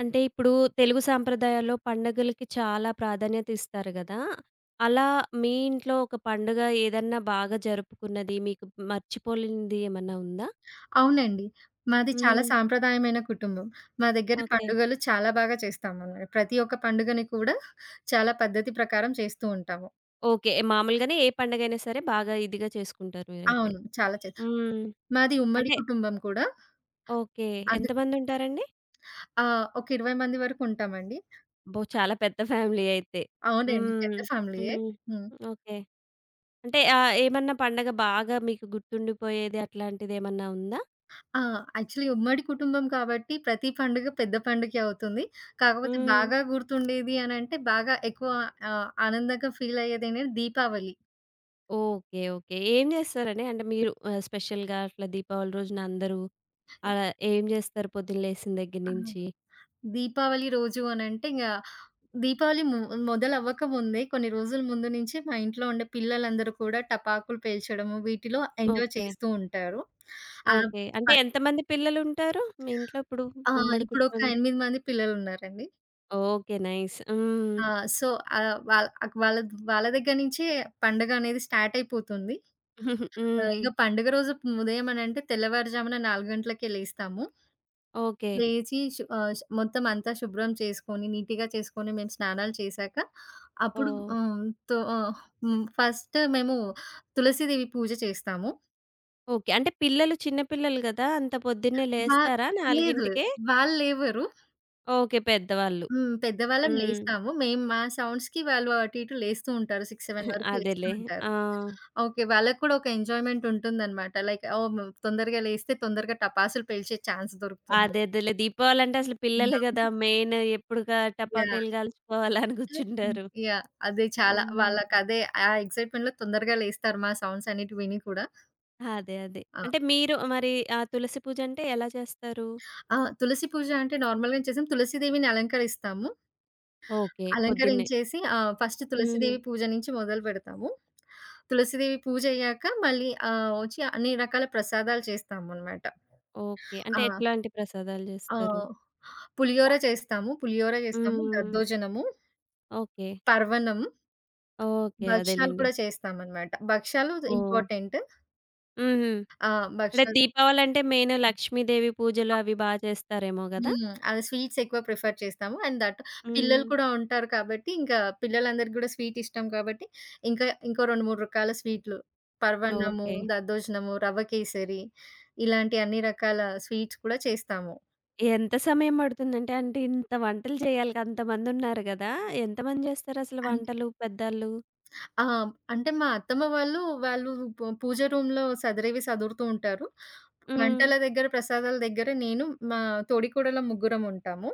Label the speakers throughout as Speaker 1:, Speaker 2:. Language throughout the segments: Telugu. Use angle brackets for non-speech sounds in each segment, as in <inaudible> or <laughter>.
Speaker 1: అంటే ఇప్పుడు తెలుగు సాంప్రదాయాల్లో పండుగలకి చాలా ప్రాధాన్యత ఇస్తారు గదా! అలా మీ ఇంట్లో ఒక పండుగ ఏదన్నా బాగా జరుపుకున్నది, మీకు మర్చిపోలేనిది ఏమన్నా ఉందా?
Speaker 2: అవునండి. మాది చాలా
Speaker 1: హ్మ్.
Speaker 2: సాంప్రదాయమైన కుటుంబం. మా దగ్గర
Speaker 1: ఓకే.
Speaker 2: పండుగలు చాలా బాగా చేస్తామన్నమాట. ప్రతి ఒక్క పండుగని కూడా చాలా పద్ధతి ప్రకారం చేస్తూ ఉంటాము.
Speaker 1: ఓకే. మామూలుగానే ఏ పండగైనా సరే బాగా ఇదిగా చేసుకుంటారు మీరైతే.
Speaker 2: అవును. చాలా
Speaker 1: హ్మ్.
Speaker 2: మాది ఉమ్మడి
Speaker 1: అంటే
Speaker 2: కుటుంబం కూడా.
Speaker 1: ఓకే.
Speaker 2: అందు
Speaker 1: ఎంతమందుంటారండి?
Speaker 2: ఒక 20 మంది వరకు ఉంటామండి.
Speaker 1: అబ్బో! చాలా పెద్ద ఫ్యామిలీ అయితే.
Speaker 2: అవునండి.
Speaker 1: హ్మ్.
Speaker 2: పెద్ద ఫ్యామిలీయే.
Speaker 1: హ్మ్.
Speaker 2: హ్మ్.
Speaker 1: ఓకే. అంటే ఏమన్నా పండగ బాగా మీకు గుర్తుండిపోయేది అట్లాంటిదేమన్నా ఉందా?
Speaker 2: ఆ! యాక్చువల్లీ ఉమ్మడి కుటుంబం కాబట్టి ప్రతి పండుగ పెద్ద పండుగే అవుతుంది. కాకపోతే
Speaker 1: హ్మ్.
Speaker 2: బాగా గుర్తుండేది అనంటే బాగా ఎక్కువ ఆనందంగా ఫీల్ అయ్యేదనేది దీపావళి.
Speaker 1: ఓకే. ఓకే. ఏం జేస్తారండి? అంటే మీరు స్పెషల్‌గా అట్లా దీపావళి రోజున అందరూ అలా ఏం జేస్తారు పొద్దున లేసిన దగ్గర
Speaker 2: ఆ!
Speaker 1: నుంచి?
Speaker 2: దీపావళి రోజు అనంటే, ఇంగ దీపావళి ము మొదలవ్వకముందే కొన్ని రోజుల ముందు నుంచే మా ఇంట్లో ఉండే పిల్లలందరూ కూడా టపాకులు పేల్చడము, వీటిలో ఎంజాయ్
Speaker 1: ఓకే.
Speaker 2: చేస్తూ ఉంటారు. ఆహ్,
Speaker 1: ఓకే. అంటే
Speaker 2: ప
Speaker 1: ఎంతమంది పిల్లలుంటారు మీ ఇంట్లో ఇప్పుడు?
Speaker 2: ఆ!
Speaker 1: ఉమ్మడి
Speaker 2: ఇప్పుడొక
Speaker 1: కుటుంబం.
Speaker 2: 8 మంది పిల్లలున్నారండి.
Speaker 1: ఓకే. నైస్. హ్మ్.
Speaker 2: ఆ! సో, వాళ్ళ వాళ్ళ వాళ్ళ దగ్గర నుంచే పండగ అనేది స్టార్ట్ అయిపోతుంది.
Speaker 1: <laughs> హ్మ్.
Speaker 2: ఇక పండుగ రోజు ఉదయం అనంటే తెల్లవారుజామున 4 గంటలకే లేస్తాము.
Speaker 1: ఓకే.
Speaker 2: లేచి శు ఆహ్, ష్ మొత్తం అంతా శుభ్రం చేసుకొని, నీట్‌గా చేసుకొని, మేము స్నానాలు చేశాక అప్పుడు
Speaker 1: ఓహ్!
Speaker 2: హ్మ్. తో ఆహ్, హ్మ్. ఫస్ట్ మేము తులసీదేవి పూజ చేస్తాము.
Speaker 1: ఓకే. అంటే పిల్లలు చిన్న పిల్లలు గదా! అంత పొద్దున్నే
Speaker 2: వా లేదు.
Speaker 1: లేస్తారా
Speaker 2: లేదు,
Speaker 1: 4కే?
Speaker 2: వాళ్ళు లేవరు.
Speaker 1: ఓకే. పెద్దవాళ్ళు.
Speaker 2: హ్మ్. పెద్దవాళ్ళం
Speaker 1: హ్మ్.
Speaker 2: లేస్తాము. మేము మా సౌండ్స్‌కి వాళ్ళు అటు ఇటు లేస్తూ ఉంటారు. 6, 7 వరకు లేస్తూ
Speaker 1: అదేలే.
Speaker 2: ఉంటారు.
Speaker 1: ఆ!
Speaker 2: ఓకే. వాళ్ళకి కూడా ఒక ఎంజాయ్‌మెంట్ ఉంటుందనమాట. లైక్ ఓహ్! తొందరగా లేస్తే తొందరగా టపాసులు పేల్చే ఛాన్స్ దొరుకుతుంది.
Speaker 1: అదే అదేలే. దీపావళంటే అసలు పిల్లలు
Speaker 2: యాహ్!
Speaker 1: గదా! మెయిన్ ఎప్పుడుగా
Speaker 2: యాహ్!
Speaker 1: టపాకాయలు కాల్చుకోవాలా అని
Speaker 2: <laughs> హ్మ్.
Speaker 1: కూర్చుంటారు.
Speaker 2: యాహ్! అదే చాలా.
Speaker 1: హ్మ్.
Speaker 2: ఆ ఎక్సైట్‌మెంట్‌లో తొందరగా లేస్తారు మా సౌండ్స్ అన్నిటి విని కూడా.
Speaker 1: అదే. అదే.
Speaker 2: ఆ!
Speaker 1: అంటే మీరు మరి ఆ తులసి పూజంటే ఎలా చేస్తారు?
Speaker 2: ఆ! తులసి పూజ అంటే నార్మల్‌గానే చేసాం. తులసి దేవిని అలంకరిస్తాము.
Speaker 1: ఓకే. పొద్దున్నే.
Speaker 2: అలంకరించేసి ఫస్ట్ తులసి
Speaker 1: హ్మ్.
Speaker 2: దేవి పూజ నుంచి మొదలు పెడతాము. తులసి దేవి పూజ అయ్యాక మళ్ళీ వచ్చి అన్ని రకాల ప్రసాదాలు చేస్తామనమాట.
Speaker 1: ఓకే. అంటే
Speaker 2: ఆ!
Speaker 1: ఎట్లాంటి ప్రసాదాలు జేస్తారు?
Speaker 2: ఆహ్, పులిహోర చేస్తాము. పులిహోర చేస్తాము,
Speaker 1: హ్మ్.
Speaker 2: దద్దోజనము,
Speaker 1: ఓకే.
Speaker 2: పర్వణం,
Speaker 1: ఓకే.
Speaker 2: భక్షాలు
Speaker 1: అదేలెండి.
Speaker 2: కూడా చేస్తామనమాట. భక్షాలు
Speaker 1: ఓహ్!
Speaker 2: ఇంపార్టెంట్.
Speaker 1: హుహు.
Speaker 2: ఆ!
Speaker 1: అంటే
Speaker 2: భక్షాలు.
Speaker 1: దీపావళంటే మెయిన్ లక్ష్మీదేవి పూజలు అవి బా చేస్తారేమో గదా!
Speaker 2: అది స్వీట్స్ ఎక్కువ ప్రిఫర్ చేస్తాము. And that. పిల్లలు
Speaker 1: హ్మ్.
Speaker 2: కూడా ఉంటారు కాబట్టి, ఇంకా పిల్లలందరికి గూడా స్వీట్ ఇష్టం కాబట్టి, ఇంకా ఇంకో 2, 3 రకాల స్వీట్లు, పరమాన్నము,
Speaker 1: ఓకే.
Speaker 2: దద్దోజనము, రవ్వ కేసరి ఇలాంటి అన్ని రకాల స్వీట్స్ కూడా చేస్తాము.
Speaker 1: ఎంత సమయం పడుతుందంటే, అంటే ఇంత వంటలు చేయాలి అంతమందున్నారు గదా! ఎంతమంది జేస్తారసలు
Speaker 2: అంట్
Speaker 1: వంటలు పెద్దాళ్ళు?
Speaker 2: ఆ! అంటే మా అత్తమ్మ వాళ్ళు, వాళ్ళు పూజ రూమ్‌లో సదరేవి సదురుతూ ఉంటారు.
Speaker 1: హ్మ్.
Speaker 2: వంటల దగ్గర, ప్రసాదాల దగ్గర నేను, మా తోడికోడళ్ళం ముగ్గురం ఉంటాము.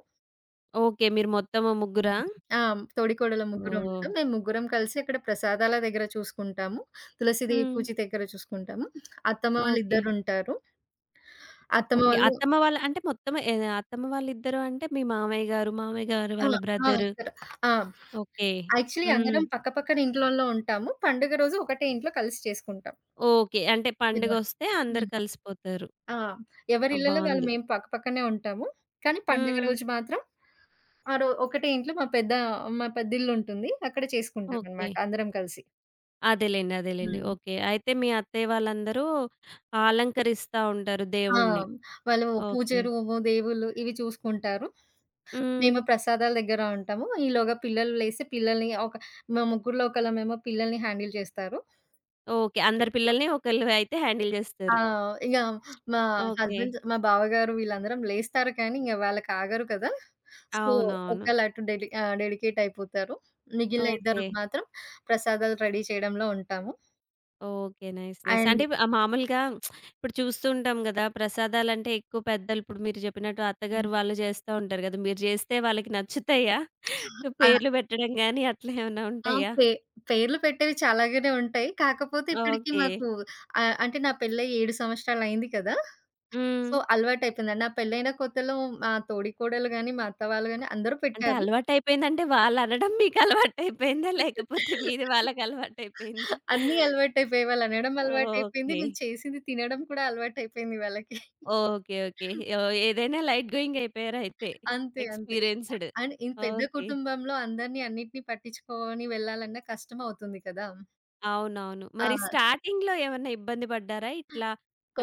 Speaker 1: ఓకే. మీరు మొత్తము
Speaker 2: హ్మ్.
Speaker 1: ముగ్గురా?
Speaker 2: ఆ! తోడికోడళ్ళం ముగ్గురం
Speaker 1: ఓహ్!
Speaker 2: ఉంటాం. మేము ముగ్గురం కలిసి అక్కడ ప్రసాదాల దగ్గర చూసుకుంటాము. తులసీదేవి
Speaker 1: హ్మ్.
Speaker 2: పూజ దగ్గర చూసుకుంటాము. అత్తమ్మ
Speaker 1: ఓకే.
Speaker 2: వాళ్ళిద్దరుంటారు. అత్తమ్మ
Speaker 1: ఓకే.
Speaker 2: వాళ్ళు.
Speaker 1: అత్తమ్మ వాళ్ళు అంటే మొత్తం ఏద అత్తమ్మ వాళ్ళిద్దరు అంటే మీ మామయ్య గారు, మామయ్య గారు
Speaker 2: ఆ!
Speaker 1: వాళ్ళ
Speaker 2: ఆ!
Speaker 1: బ్రదరు.
Speaker 2: ఇద్దరు. ఆ!
Speaker 1: ఓకే.
Speaker 2: యాక్చువల్లీ
Speaker 1: హ్మ్.
Speaker 2: అందరం పక్క పక్కన ఇంట్లల్లో ఉంటాము. పండుగ రోజు ఒకటే ఇంట్లో కలిసి చేసుకుంటాం.
Speaker 1: ఓకే. అంటే
Speaker 2: ఇదివరకు.
Speaker 1: పండుగొస్తే అందరూ
Speaker 2: హ్మ్.
Speaker 1: కలిసిపోతారు.
Speaker 2: ఆ!
Speaker 1: ఆ!
Speaker 2: ఎవరిళ్ళలో వాళ్ళు
Speaker 1: బావుంది.
Speaker 2: మేము పక్క పక్కనే ఉంటాము. కానీ పండుగ
Speaker 1: హ్మ్.
Speaker 2: రోజు మాత్రం ఆ రో ఒకటే ఇంట్లో, మా పెద్దిల్లుంటుంది. అక్కడ
Speaker 1: ఓకే.
Speaker 2: చేసుకుంటామనమాట అందరం కలిసి.
Speaker 1: అదేలెండి. అదేలెండి.
Speaker 2: హ్మ్.
Speaker 1: ఓకే. అయితే మీ అత్తయ్య వాళ్ళందరూ అలంకరిస్తా ఉంటారు
Speaker 2: ఆ!
Speaker 1: దేవుడిని.
Speaker 2: వాళ్ళు పూజ
Speaker 1: ఓకే.
Speaker 2: రూము, దేవుళ్ళు ఇవి చూసుకుంటారు.
Speaker 1: హ్మ్.
Speaker 2: మేము ప్రసాదాల దగ్గర ఉంటాము. ఈలోగా పిల్లలు లేసి పిల్లల్ని మా ముగ్గురులో ఒకళ్ళమేమో పిల్లల్ని హ్యాండిల్ చేస్తారు.
Speaker 1: ఓకే. అందరి పిల్లల్ని ఒకళ్ళు అయితే హ్యాండిల్
Speaker 2: ఆ!
Speaker 1: జేస్తారు.
Speaker 2: ఇగ మా
Speaker 1: ఓకే.
Speaker 2: హస్బెండ్, మా బావగారు వీళ్ళందరం లేస్తారు కానీ ఇంగ వాళ్ళకి ఆగరు కదా! సో,
Speaker 1: అవునవును.
Speaker 2: ఒకళ్ళు అటు డెడికేట్ అయిపోతారు. మిగిలిన
Speaker 1: ఓకే.
Speaker 2: ఇద్దరం మాత్రం ప్రసాదాలు రెడీ చేయడంలో ఉంటాము.
Speaker 1: ఓకే. నైస్. నైస్.
Speaker 2: అండ్
Speaker 1: అంటే మామూలుగా ఇప్పుడు చూస్తూ ఉంటాం గదా! ప్రసాదాలంటే ఎక్కువ పెద్దలు ఇప్పుడు మీరు జెప్పినట్టు అత్తగారు వాళ్ళు జేస్తా ఉంటారు గదా! మీరు జేస్తే వాళ్ళకి నచ్చుతాయా? పేర్లు పెట్టడం గాని అట్లా ఏమన్నా
Speaker 2: ఆ!
Speaker 1: ఉంటాయా?
Speaker 2: పే పేర్లు పెట్టేవి చాలాగానే ఉంటాయి. కాకపోతే ఇప్పటికి
Speaker 1: ఓకే.
Speaker 2: మాకు అంటే నా పెళ్ళై 7 సంవత్సరాలయింది కదా!
Speaker 1: హ్మ్.
Speaker 2: సో, అలవాటయిపోయిందండి. నా పెళ్ళైన కొత్తలో మా తోడికోడలు గాని, మా అత్త వాళ్ళు గాని అందరూ
Speaker 1: అంటే
Speaker 2: పెట్టారు.
Speaker 1: అలవాటయిపోయిందంటే వాళ్ళనడం మీకు అలవాటయిపోయిందా? లేకపోతే మీది వాళ్ళకి అలవాటయిపోయిందా?
Speaker 2: అన్నీ అలవాటయిపోయాయి. వాళ్ళనడం అలవాటయిపోయింది.
Speaker 1: ఓకే.
Speaker 2: నేను చేసింది తినడం కూడా అలవాటయిపోయింది వాళ్ళకి.
Speaker 1: ఓకే. ఓకే. ఓహ్! ఏదైనా లైట్ గోయింగ్ అయిపోయారయితే.
Speaker 2: అంతే. అంతే.
Speaker 1: ఎక్స్‌పీరియన్స్‌డ్.
Speaker 2: అండ్ ఈ పెద్ద
Speaker 1: ఓకే.
Speaker 2: కుటుంబంలో అందరిని అన్నిటిని పట్టించుకొని వెళ్ళాలన్నా కష్టమవుతుంది కదా!
Speaker 1: అవునవును.
Speaker 2: ఆ!
Speaker 1: మరి స్టార్టింగ్‌లో ఏమన్నా ఇబ్బంది పడ్డారా? ఇట్లా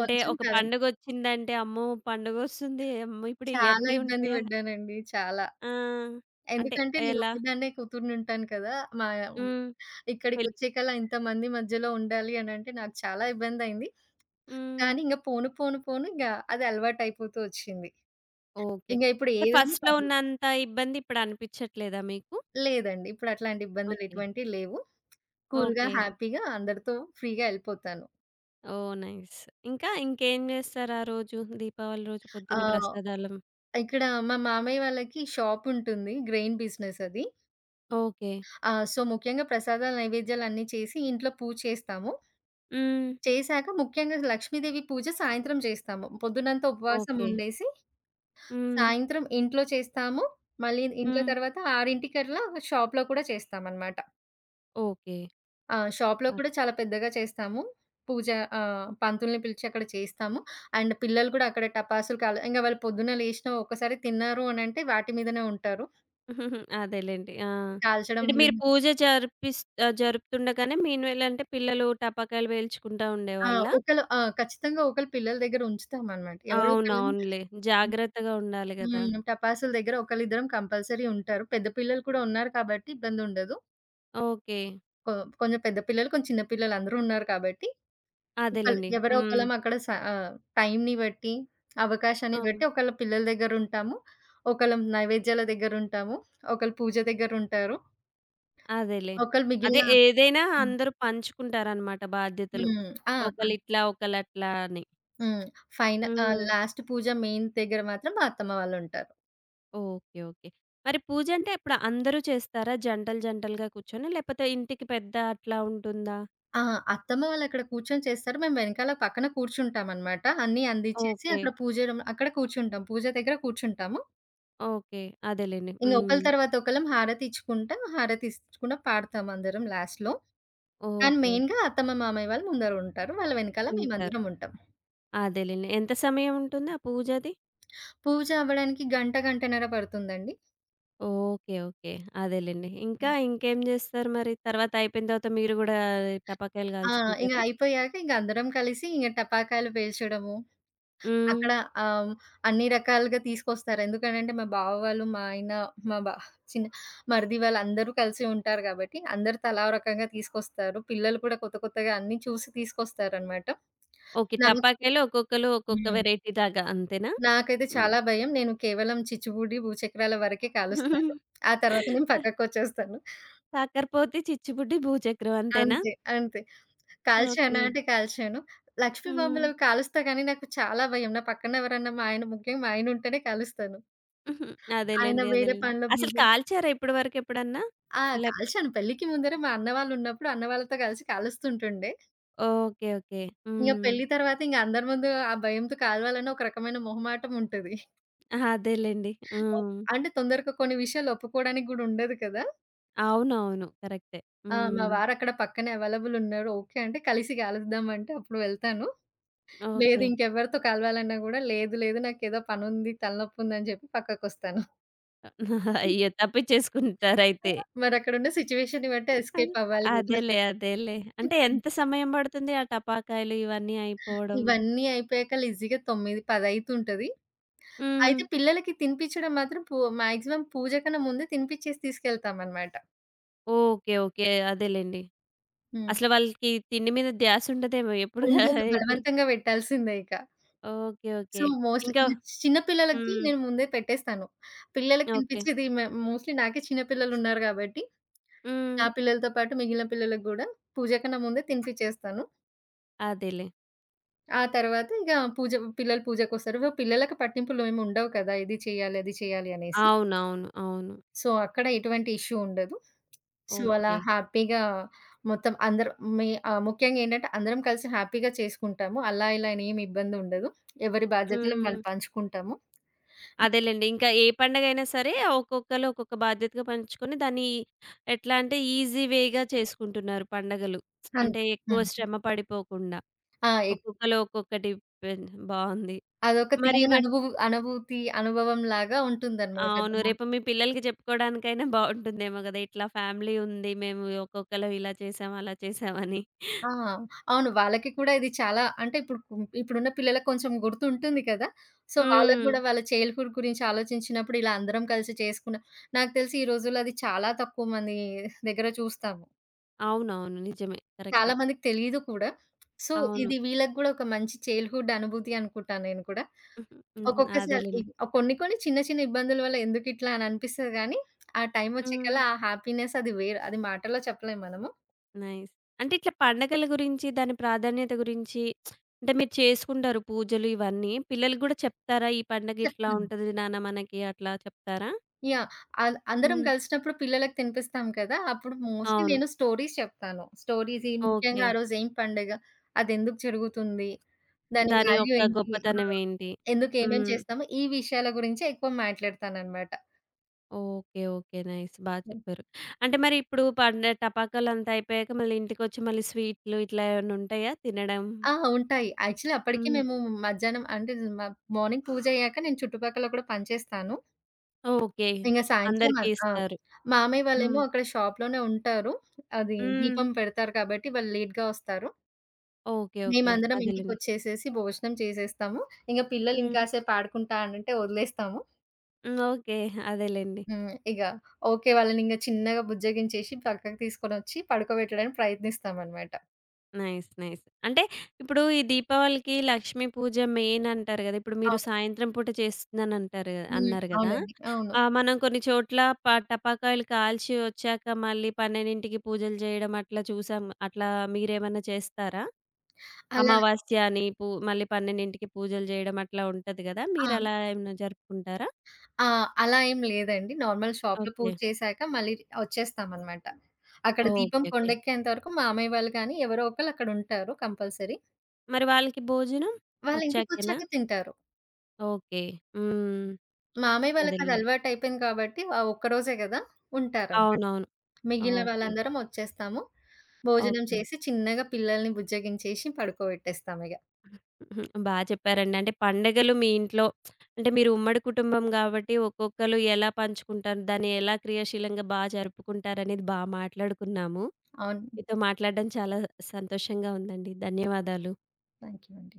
Speaker 1: అంటే ఒక
Speaker 2: కాదండి.
Speaker 1: పండుగొచ్చిందంటే, అమ్మో! పండుగొస్తుంది, అమ్మో! ఇప్పుడు
Speaker 2: చాలా
Speaker 1: ఇయన్నీ
Speaker 2: ఇబ్బంది
Speaker 1: ఉంటాయా?
Speaker 2: పడ్డానండి. చాలా.
Speaker 1: ఆ! అంటే
Speaker 2: ఎందుకంటే నేను
Speaker 1: ఎలా?
Speaker 2: ఒక్కదాన్నే కూతురినుంటాను కదా! మా హ్మ్.
Speaker 1: హ్మ్. పెళ్లి.
Speaker 2: ఇక్కడికొచ్చేకల్లా ఇంతమంది మధ్యలో ఉండాలి అనంటే నాకు చాలా ఇబ్బందయింది.
Speaker 1: హ్మ్.
Speaker 2: కానీ ఇంక పోను, పోను, పోను, ఇంగ అది అలవాటయిపోతూ వచ్చింది.
Speaker 1: ఓకే.
Speaker 2: ఇంగ ఇప్పుడు
Speaker 1: అంటే
Speaker 2: ఏదైనా
Speaker 1: ఫస్ట్‌లో
Speaker 2: పర్లేదు.
Speaker 1: ఉన్నంత ఇబ్బంది ఇప్పుడు అనిపిచ్చట్లేదా మీకు?
Speaker 2: లేదండి. ఇప్పుడు అట్లాంటి ఇబ్బందులు
Speaker 1: ఓకే.
Speaker 2: ఎటువంటివి లేవు. కూల్‌గా,
Speaker 1: ఓకే.
Speaker 2: హ్యాపీగా అందరితో ఫ్రీగా ఎళ్ళిపోతాను.
Speaker 1: ఓహ్! నైస్. ఇంకా ఇంకేం జేస్తారు ఆ రోజు? దీపావళి రోజు పొద్దున్న
Speaker 2: ఆహ్,
Speaker 1: ప్రసాదాలు.
Speaker 2: ఇక్కడ మా మామయ్య వాళ్ళకి షాపుంటుంది. గ్రెయిన్ బిజినెస్ అది.
Speaker 1: ఓకే.
Speaker 2: సో, ముఖ్యంగా ప్రసాదాలు, నైవేద్యాలు అన్నీ చేసి ఇంట్లో పూజ చేస్తాము.
Speaker 1: హ్మ్.
Speaker 2: చేశాక ముఖ్యంగా లక్ష్మీదేవి పూజ సాయంత్రం జేస్తాము. పొద్దునంతా ఉపవాసం
Speaker 1: ఓకే.
Speaker 2: ఉండేసి,
Speaker 1: హ్మ్.
Speaker 2: సాయంత్రం ఇంట్లో చేస్తాము. మళ్ళీ ఇంట్లో
Speaker 1: హ్మ్.
Speaker 2: తర్వాత 6:00కల్లా షాప్‌లో కూడా చేస్తామనమాట.
Speaker 1: ఓకే.
Speaker 2: ఆ! షాప్‌లో
Speaker 1: అ
Speaker 2: కూడా చాలా పెద్దగా చేస్తాము. పూజ. పంతుల్ని పిలిచి అక్కడ చేస్తాము. అండ్ పిల్లలు కూడా అక్కడ టపాసులు కాల ఇంగ వాళ్ళు పొద్దున్న లేషిన ఒక్కసారి తిన్నారు అనంటే వాటి మీదనే ఉంటారు.
Speaker 1: అదేలెండి. ఆ!
Speaker 2: కాల్చడం
Speaker 1: అంటే
Speaker 2: మీద.
Speaker 1: మీరు పూజ జరిపిస్ జరుపుతుండగానే మీనువేలంటే పిల్లలు టపాకాయలు పేల్చుకుంటా
Speaker 2: ఆ!
Speaker 1: ఉండేవాళ్ళా?
Speaker 2: ఒకళ్ళు, ఆ! ఖచ్చితంగా ఒకళ్ళు పిల్లల దగ్గర ఉంచుతామనమాట. ఎవరో ఒకళ్ళని.
Speaker 1: అవునవునులే. జాగ్రత్తగా ఉండాలి గదా!
Speaker 2: టపాసుల దగ్గర ఒకళ్ళిద్దరం కంపల్సరీ ఉంటారు. పెద్ద పిల్లలు కూడా ఉన్నారు కాబట్టి ఇబ్బందుండదు.
Speaker 1: ఓకే.
Speaker 2: కొ కొంచెం పెద్ద పిల్లలు, కొంచెం చిన్న పిల్లలు అందరూ ఉన్నారు కాబట్టి
Speaker 1: అదేలెండి.
Speaker 2: ఎవరో
Speaker 1: హ్మ్.
Speaker 2: ఒకళ్ళం అక్కడ టైమ్‌ని బట్టి, అవకాశాన్ని
Speaker 1: ఆ!
Speaker 2: బట్టి ఒకళ్ళ పిల్లల దగ్గరుంటాము. ఒకళ్ళం నైవేద్యాల దగ్గరుంటాము. ఒకళ్ళు పూజ దగ్గరుంటారు.
Speaker 1: అదేలే.
Speaker 2: ఒకళ్ళు
Speaker 1: అదే ఏదైనా
Speaker 2: హ్మ్.
Speaker 1: అందరూ పంచుకుంటారనమాట బాధ్యతలు.
Speaker 2: హ్మ్. ఆ!
Speaker 1: ఒకళ్ళిట్లా, ఒకళ్ళట్లా అని.
Speaker 2: హ్మ్.
Speaker 1: హ్మ్.
Speaker 2: లాస్ట్ పూజ మెయిన్ దగ్గర మాత్రం మా అత్తమ్మ వాళ్ళుంటారు.
Speaker 1: ఓకే. ఓకే. మరి పూజంటే ఇప్పుడు అందరూ చేస్తారా? జంటలు జంటలుగా కూర్చొని లేపోతే ఇంటికి పెద్ద అట్లా ఉంటుందా?
Speaker 2: ఆ! అత్తమ్మ వాళ్ళక్కడ కూర్చొని చేస్తారు. మేము వెనకాల పక్కన కూర్చుంటామనమాట. అన్నీ అందిచ్చేసి
Speaker 1: ఓకే.
Speaker 2: అక్కడ పూజ రూమ్ అక్కడ కూర్చుంటాం. పూజ దగ్గర కూర్చుంటాము.
Speaker 1: ఓకే. అదేలెండి.
Speaker 2: ఇంక ఒకళ్ళ
Speaker 1: హ్మ్.
Speaker 2: తర్వాత ఒకళ్ళం హారతి ఇచ్చుకుంటా, హారతి ఇచ్చుకుంటా పాడతాం అందరం లాస్ట్‌లో. కానీ
Speaker 1: ఓకే.
Speaker 2: మెయిన్‌గా అత్తమ్మ, మామయ్య వాళ్ళు ముందర ఉంటారు. వాళ్ళ వెనకాల
Speaker 1: ఉంటారు.
Speaker 2: మేమందరం ఉంటాం.
Speaker 1: అదేలెండి. ఎంత సమయం ఉంటుంది ఆ పూజది?
Speaker 2: పూజ అవ్వడానికి గంట, గంటన్నర పడుతుందండి.
Speaker 1: ఓకే. ఓకే. అదేలెండి. ఇంకా
Speaker 2: హ్మ్.
Speaker 1: ఇంకేం జేస్తారు మరి? తర్వాత అయిపోయిన తర్వాత మీరు గూడా టపాకాయలు
Speaker 2: ఆ!
Speaker 1: కాల్చుకుంటారా?
Speaker 2: అయిపోయాక ఇంక అందరం కలిసి ఇంగ టపాకాయలు పేల్చడము,
Speaker 1: హ్మ్.
Speaker 2: అక్కడ ఆహ్, అన్ని రకాలుగా తీసుకొస్తారు. ఎందుకనంటే, మా బావ వాళ్ళు, మా ఆయన, మా బా చిన్న మరిది వాళ్ళందరూ కలిసి ఉంటారు గాబట్టి, అందరూ తలా ఓ రకంగా తీసుకొస్తారు. పిల్లలు కూడా కొత్త కొత్తగా అన్నీ చూసి తీసుకొస్తారనమాట.
Speaker 1: ఓకే.
Speaker 2: నాకు
Speaker 1: టపాకాయలు ఒక్కొక్కళ్ళు ఒక్కొక్క
Speaker 2: హ్మ్.
Speaker 1: వెరైటీ దాకా అంతేనా?
Speaker 2: నాకైతే
Speaker 1: హ్మ్.
Speaker 2: చాలా భయం. నేను కేవలం చిచ్చుబుడి, భూచక్రాల వరకే కాలుస్తాను. ఆ తర్వాత నేను పక్కకొచ్చేస్తాను.
Speaker 1: కాకరపోతి, <laughs> చిచ్చుబుడ్డి, భూచక్రం అంతేనా?
Speaker 2: అంతే. అంతే. కాల్చానా
Speaker 1: ఓకే.
Speaker 2: అంటే కాల్చాను. లక్ష్మీ
Speaker 1: హ్మ్.
Speaker 2: బొమ్మలవి కాలుస్తా కానీ నాకు చాలా భయం. నా పక్కన ఎవరన్నా మా ఆయన, ముఖ్యంగా మా ఆయనుంటేనే కాలుస్తాను.
Speaker 1: హుహు.
Speaker 2: ఆయన
Speaker 1: అదేలెండి.
Speaker 2: వేరే
Speaker 1: అదేలెండి.
Speaker 2: పనిలో
Speaker 1: అసలు
Speaker 2: బిజీ.
Speaker 1: కాల్చారా ఇప్పటి వరకు ఎప్పుడన్నా?
Speaker 2: ఆ!
Speaker 1: లేపో
Speaker 2: కాల్చాను. పెళ్ళికి ముందరే మా అన్న వాళ్ళున్నప్పుడు అన్న వాళ్ళతో కలిసి కాలుస్తుంటుండే.
Speaker 1: ఓకే. ఓకే.
Speaker 2: ఇంక
Speaker 1: హ్మ్.
Speaker 2: పెళ్లి తర్వాత అందరి ముందు ఆ భయంతో కాలవాలన్న ఒక రకమైన మొహమాటం ఉంటది.
Speaker 1: ఆహా! అదేలెండి. హ్మ్.
Speaker 2: అంటే తొందరగా కొన్ని విషయాలు ఒప్పుకోవడానికి గూడా ఉండదు కదా!
Speaker 1: అవునవును. కరెక్టే.
Speaker 2: ఆ! మా
Speaker 1: హ్మ్.
Speaker 2: వారక్కడ పక్కనే అవైలబుల్ ఉన్నారు. ఓకే అంటే కలిసి కలుద్దాం అంటే అప్పుడు వెళ్తాను. లేదు,
Speaker 1: ఓకే.
Speaker 2: ఇంకెవరితో కలవాలన్నా గూడా లేదు, లేదు, నాకేదో పనుంది, తలనొప్పుందని చెప్పి పక్కకొస్తాను.
Speaker 1: అయ్యో! తప్పిచ్చేసుకుంటారయితే.
Speaker 2: మరక్కడున్న సిట్యుయేషన్‌ని బట్టి
Speaker 1: అవ్
Speaker 2: ఎస్కేప్ అవ్వాలి గదా!
Speaker 1: అదేలే. అదేలే. అంటే ఎంత సమయం పడుతుంది ఆ టపాకాయలు ఇవన్నీ అయిపోవడం?
Speaker 2: ఇవన్నీ అయిపోయాక ఈజీగా 9, 10 అయితుంటది.
Speaker 1: హ్మ్.
Speaker 2: అయితే పిల్లలకి తినిపించడం మాత్రం మాక్సిమం పూజ కన్నా ముందే తినిపించేసి తీసుకెళ్తామనమాట.
Speaker 1: ఓకే. ఓకే. అదేలెండి.
Speaker 2: హ్మ్.
Speaker 1: అసలు వాళ్ళకి తిండి మీద ధ్యాస ఉండదేమో ఎప్పుడు గా
Speaker 2: ఉండదు,
Speaker 1: ఎప్పుడు
Speaker 2: బలవంతంగా పెట్టాల్సిందే ఇక.
Speaker 1: ఓకే.
Speaker 2: So,
Speaker 1: okay. ఇంకా
Speaker 2: మోస్ట్‌లీ చిన్న పిల్లలకి
Speaker 1: హ్మ్.
Speaker 2: నేను ముందే పెట్టేస్తాను. పిల్లలకి
Speaker 1: ఓకే.
Speaker 2: తినిపించేది మోస్ట్‌లీ నాకే చిన్న పిల్లలున్నారు కాబట్టి,
Speaker 1: హ్మ్.
Speaker 2: నా పిల్లలతో పాటు మిగిలిన పిల్లలకి గూడా పూజ కన్నా ముందే తినిపించేస్తాను.
Speaker 1: అదేలే.
Speaker 2: ఆ తర్వాత ఇక పూజ పిల్లలు పూజకొస్తారు. పిల్లలకి పట్టింపులు ఏమి ఉండవు కదా! ఇది చేయాలి, అది చేయాలి అనేసి.
Speaker 1: అవునవును. అవును.
Speaker 2: సో, అక్కడ ఎటువంటి ఇష్యూ ఉండదు. సో, అలా
Speaker 1: ఓకే.
Speaker 2: హ్యాపీగా మొత్తం అందరు ముఖ్యంగా ఏంటంటే అందరం కలిసి హ్యాపీగా చేసుకుంటాము. అలా ఇలా అని ఏమి ఇబ్బందుండదు. ఎవరి బాధ్యతలను వాళ్ళు
Speaker 1: హ్మ్.
Speaker 2: పంచుకుంటాము.
Speaker 1: అదేలెండి. ఇంకా ఏ పండగైనా సరే ఒక్కొక్కళ్ళు ఒక్కొక్క బాధ్యతగా పంచుకొని దాన్ని ఎట్లా అంటే ఈజీ వేగా చేసుకుంటున్నారు పండగలు.
Speaker 2: అన్
Speaker 1: అంటే ఎక్కువ
Speaker 2: హ్మ్.
Speaker 1: శ్రమ పడిపోకుండా.
Speaker 2: ఆ!
Speaker 1: ఒక్కొక్కళ్ళు ఒక్కొక్కటి పెన్ బావుంది.
Speaker 2: అదొక
Speaker 1: మరి
Speaker 2: తీయని అనుభూతి, అనుభవంలాగా ఉంటుందనమాట. అది
Speaker 1: అవును. రేపు మీ పిల్లలకి చెప్పుకోవడానికైనా బావుంటుందేమో గదా! ఇట్లా ఫ్యామిలీ ఉంది. మేము ఒక్కొక్కళ్ళం ఇలా చేసాం, అలా చేసామని.
Speaker 2: ఆ! అవును. వాళ్ళకి కూడా ఇది చాలా, అంటే ఇప్పుడు ఇప్పుడున్న పిల్లలకి కొంచెం గుర్తుంటుంది కదా! సో, వాళ్ళకి
Speaker 1: హ్మ్.
Speaker 2: కూడా వాళ్ళ చైల్డ్‌హుడ్ గురించి ఆలోచించినప్పుడు ఇలా అందరం కలిసి చేసుకున్న, నాకు తెలిసి ఈ రోజుల్లో అది చాలా తక్కువ మంది దగ్గర చూస్తాము.
Speaker 1: అవునవును. నిజమే.
Speaker 2: చాలా
Speaker 1: కరెక్టే.
Speaker 2: మందికి తెలీదు కూడా. సో,
Speaker 1: అవును.
Speaker 2: ఇది వీళ్ళకి గూడా ఒక మంచి చైల్డ్‌హుడ్ అనుభూతి అనుకుంటా నేను కూడా.
Speaker 1: హుహు. హుహు.
Speaker 2: ఒక్కొక్కసారి
Speaker 1: అదేలెండి.
Speaker 2: కొన్ని కొన్ని చిన్న చిన్న ఇబ్బందుల వల్ల ఎందుకిట్లా అని అనిపిస్తది గానీ, ఆ
Speaker 1: హ్మ్.
Speaker 2: టైమొచ్చేకల్లా ఆ హ్యాపీనెస్ అది వేరు. అది మాటల్లో చెప్పలేం మనము.
Speaker 1: నైస్. అంటే ఇట్లా పండగల గురించి, దాని ప్రాధాన్యత గురించి అంటే మీరు చేసుకుంటారు పూజలు ఇవన్నీ. పిల్లలకి గూడా చెప్తారా? ఈ పండగ ఇట్లా
Speaker 2: చెప్తాము.
Speaker 1: ఉంటది నాన్న మనకి అట్లా చెప్తారా?
Speaker 2: యాహ్! అందరం
Speaker 1: హ్మ్.
Speaker 2: కలిసినప్పుడు పిల్లలకి తినిపిస్తాం కదా! అప్పుడు మోస్ట్‌లీ
Speaker 1: అవును.
Speaker 2: నేను స్టోరీస్ చెప్తాను. స్టోరీస్ ఈ, ముఖ్యంగా
Speaker 1: ఓకే.
Speaker 2: ఆ రోజు ఏం పండగ, అదెందుకు జరుగుతుంది, దాని
Speaker 1: దాని
Speaker 2: వాల్యూ
Speaker 1: యొక్క
Speaker 2: ఏంటి, ఆ!
Speaker 1: గొప్పతనం ఏంటి?
Speaker 2: ఎందుకు ఏమేం
Speaker 1: హ్మ్.
Speaker 2: చేస్తాము, ఈ విషయాల గురించే ఎక్కువ మాట్లాడతాననమాట.
Speaker 1: ఓకే. ఓకే. నైస్. బా చెప్పారు. అంటే మరి ఇప్పుడు పండ టపాకాయలంతా అయిపోయాక మళ్ళీ ఇంటికొచ్చి మళ్ళీ స్వీట్లు ఇట్లా ఏమన్నా ఉంటాయా తినడం?
Speaker 2: ఆ! ఉంటాయి. యాక్చువల్లీ అప్పటికి
Speaker 1: హ్మ్.
Speaker 2: మేము మధ్యాహ్నం అంటే మ మార్నింగ్ పూజయ్యాక నేను చుట్టుపక్కల కూడా పనిచేస్తాను.
Speaker 1: ఓకే.
Speaker 2: ఇంక సాయంత్రం
Speaker 1: అందరికీ
Speaker 2: ఆ!
Speaker 1: ఇస్తారు.
Speaker 2: మామయ్య వాళ్ళేమో
Speaker 1: హ్మ్.
Speaker 2: అక్కడ షాప్‌లోనే ఉంటారు. అది
Speaker 1: హ్మ్.
Speaker 2: దీపం పెడతారు కాబట్టి వాళ్ళు లేట్‌గా వస్తారు.
Speaker 1: ఓకే. ఓకే.
Speaker 2: మేమందరం
Speaker 1: అదేలెండి.
Speaker 2: ఇంటికొచ్చేసేసి భోజనం చేసేస్తాము. ఇంక పిల్లలు
Speaker 1: హ్మ్.
Speaker 2: ఇంకాసేపు ఆడుకుంటా అనంటే వదిలేస్తాము.
Speaker 1: హ్మ్. ఓకే. అదేలెండి.
Speaker 2: హ్మ్. ఓకే. వాళ్ళనింక చిన్నగా బుజ్జగించేసి పక్కకు తీసుకొనొచ్చి పడుకోబెట్టడానికి ప్రయత్నిస్తామనమాట.
Speaker 1: నైస్. నైస్. అంటే ఇప్పుడు ఈ దీపావళికి లక్ష్మీ పూజ మెయిన్ అంటారు గదా! ఇప్పుడు మీరు
Speaker 2: అవును.
Speaker 1: సాయంత్రం పూట చేస్తుందనంటారు
Speaker 2: హ్మ్.
Speaker 1: అన్నారు గదా!
Speaker 2: అవునండి. అవును.
Speaker 1: ఆహ్, మనం కొన్ని చోట్ల ప టపాకాయలు కాల్చి వచ్చాక మళ్ళీ 12కి పూజలు చేయడం అట్లా చూసాం. అట్లా మీరేమన్నా చేస్తారా?
Speaker 2: అలా.
Speaker 1: అమావాస్య అని పూ మళ్ళీ 12కి పూజలు చేయడం అట్లా ఉంటది గదా!
Speaker 2: ఆ!
Speaker 1: మీరలా ఏమన్నా జరుపుకుంటారా?
Speaker 2: ఆ! అలా ఏం లేదండి. నార్మల్ షాప్‌లో
Speaker 1: ఓకే.
Speaker 2: పూజ చేశాక మళ్ళీ వచ్చేస్తామనమాట. అక్కడ దీపం
Speaker 1: ఓకే. ఓకే.
Speaker 2: కొండెక్కేంత వరకు మామయ్య వాళ్ళు కానీ, ఎవరో ఒకళ్ళు అక్కడుంటారు కంపల్సరీ.
Speaker 1: మరి వాళ్ళకి భోజనం? వచ్చాకేనా?
Speaker 2: వాళ్ళింటికొచ్చాక తింటారు.
Speaker 1: ఓకే. హ్మ్.
Speaker 2: మామయ్య వాళ్ళకది
Speaker 1: అదేలెండి.
Speaker 2: అలవాటయిపోయింది కాబట్టి, ఆ ఒక్క రోజే గదా! ఉంటారనమాట.
Speaker 1: అవునవును. ఆ!
Speaker 2: మిగిలిన
Speaker 1: ఓకే.
Speaker 2: వాళ్ళందరం వచ్చేస్తాము. భోజనం
Speaker 1: ఓకే.
Speaker 2: చేసి చిన్నగా పిల్లల్ని బుజ్జగించేసి పడుకోబెట్టేస్తామిగ.
Speaker 1: హుహు. బా చెప్పారండి. అంటే పండగలు మీ ఇంట్లో అంటే మీరు ఉమ్మడి కుటుంబం గాబట్టి ఒక్కొక్కళ్ళు ఎలా పంచుకుంటారు, దాన్ని ఎలా క్రియాశీలంగా బా జరుపుకుంటారనేది బా మాట్లాడుకున్నాము.
Speaker 2: అవును.
Speaker 1: మీతో మాట్లాడడం చాలా సంతోషంగా ఉందండి. ధన్యవాదాలు.
Speaker 2: థాంక్యూ అండి.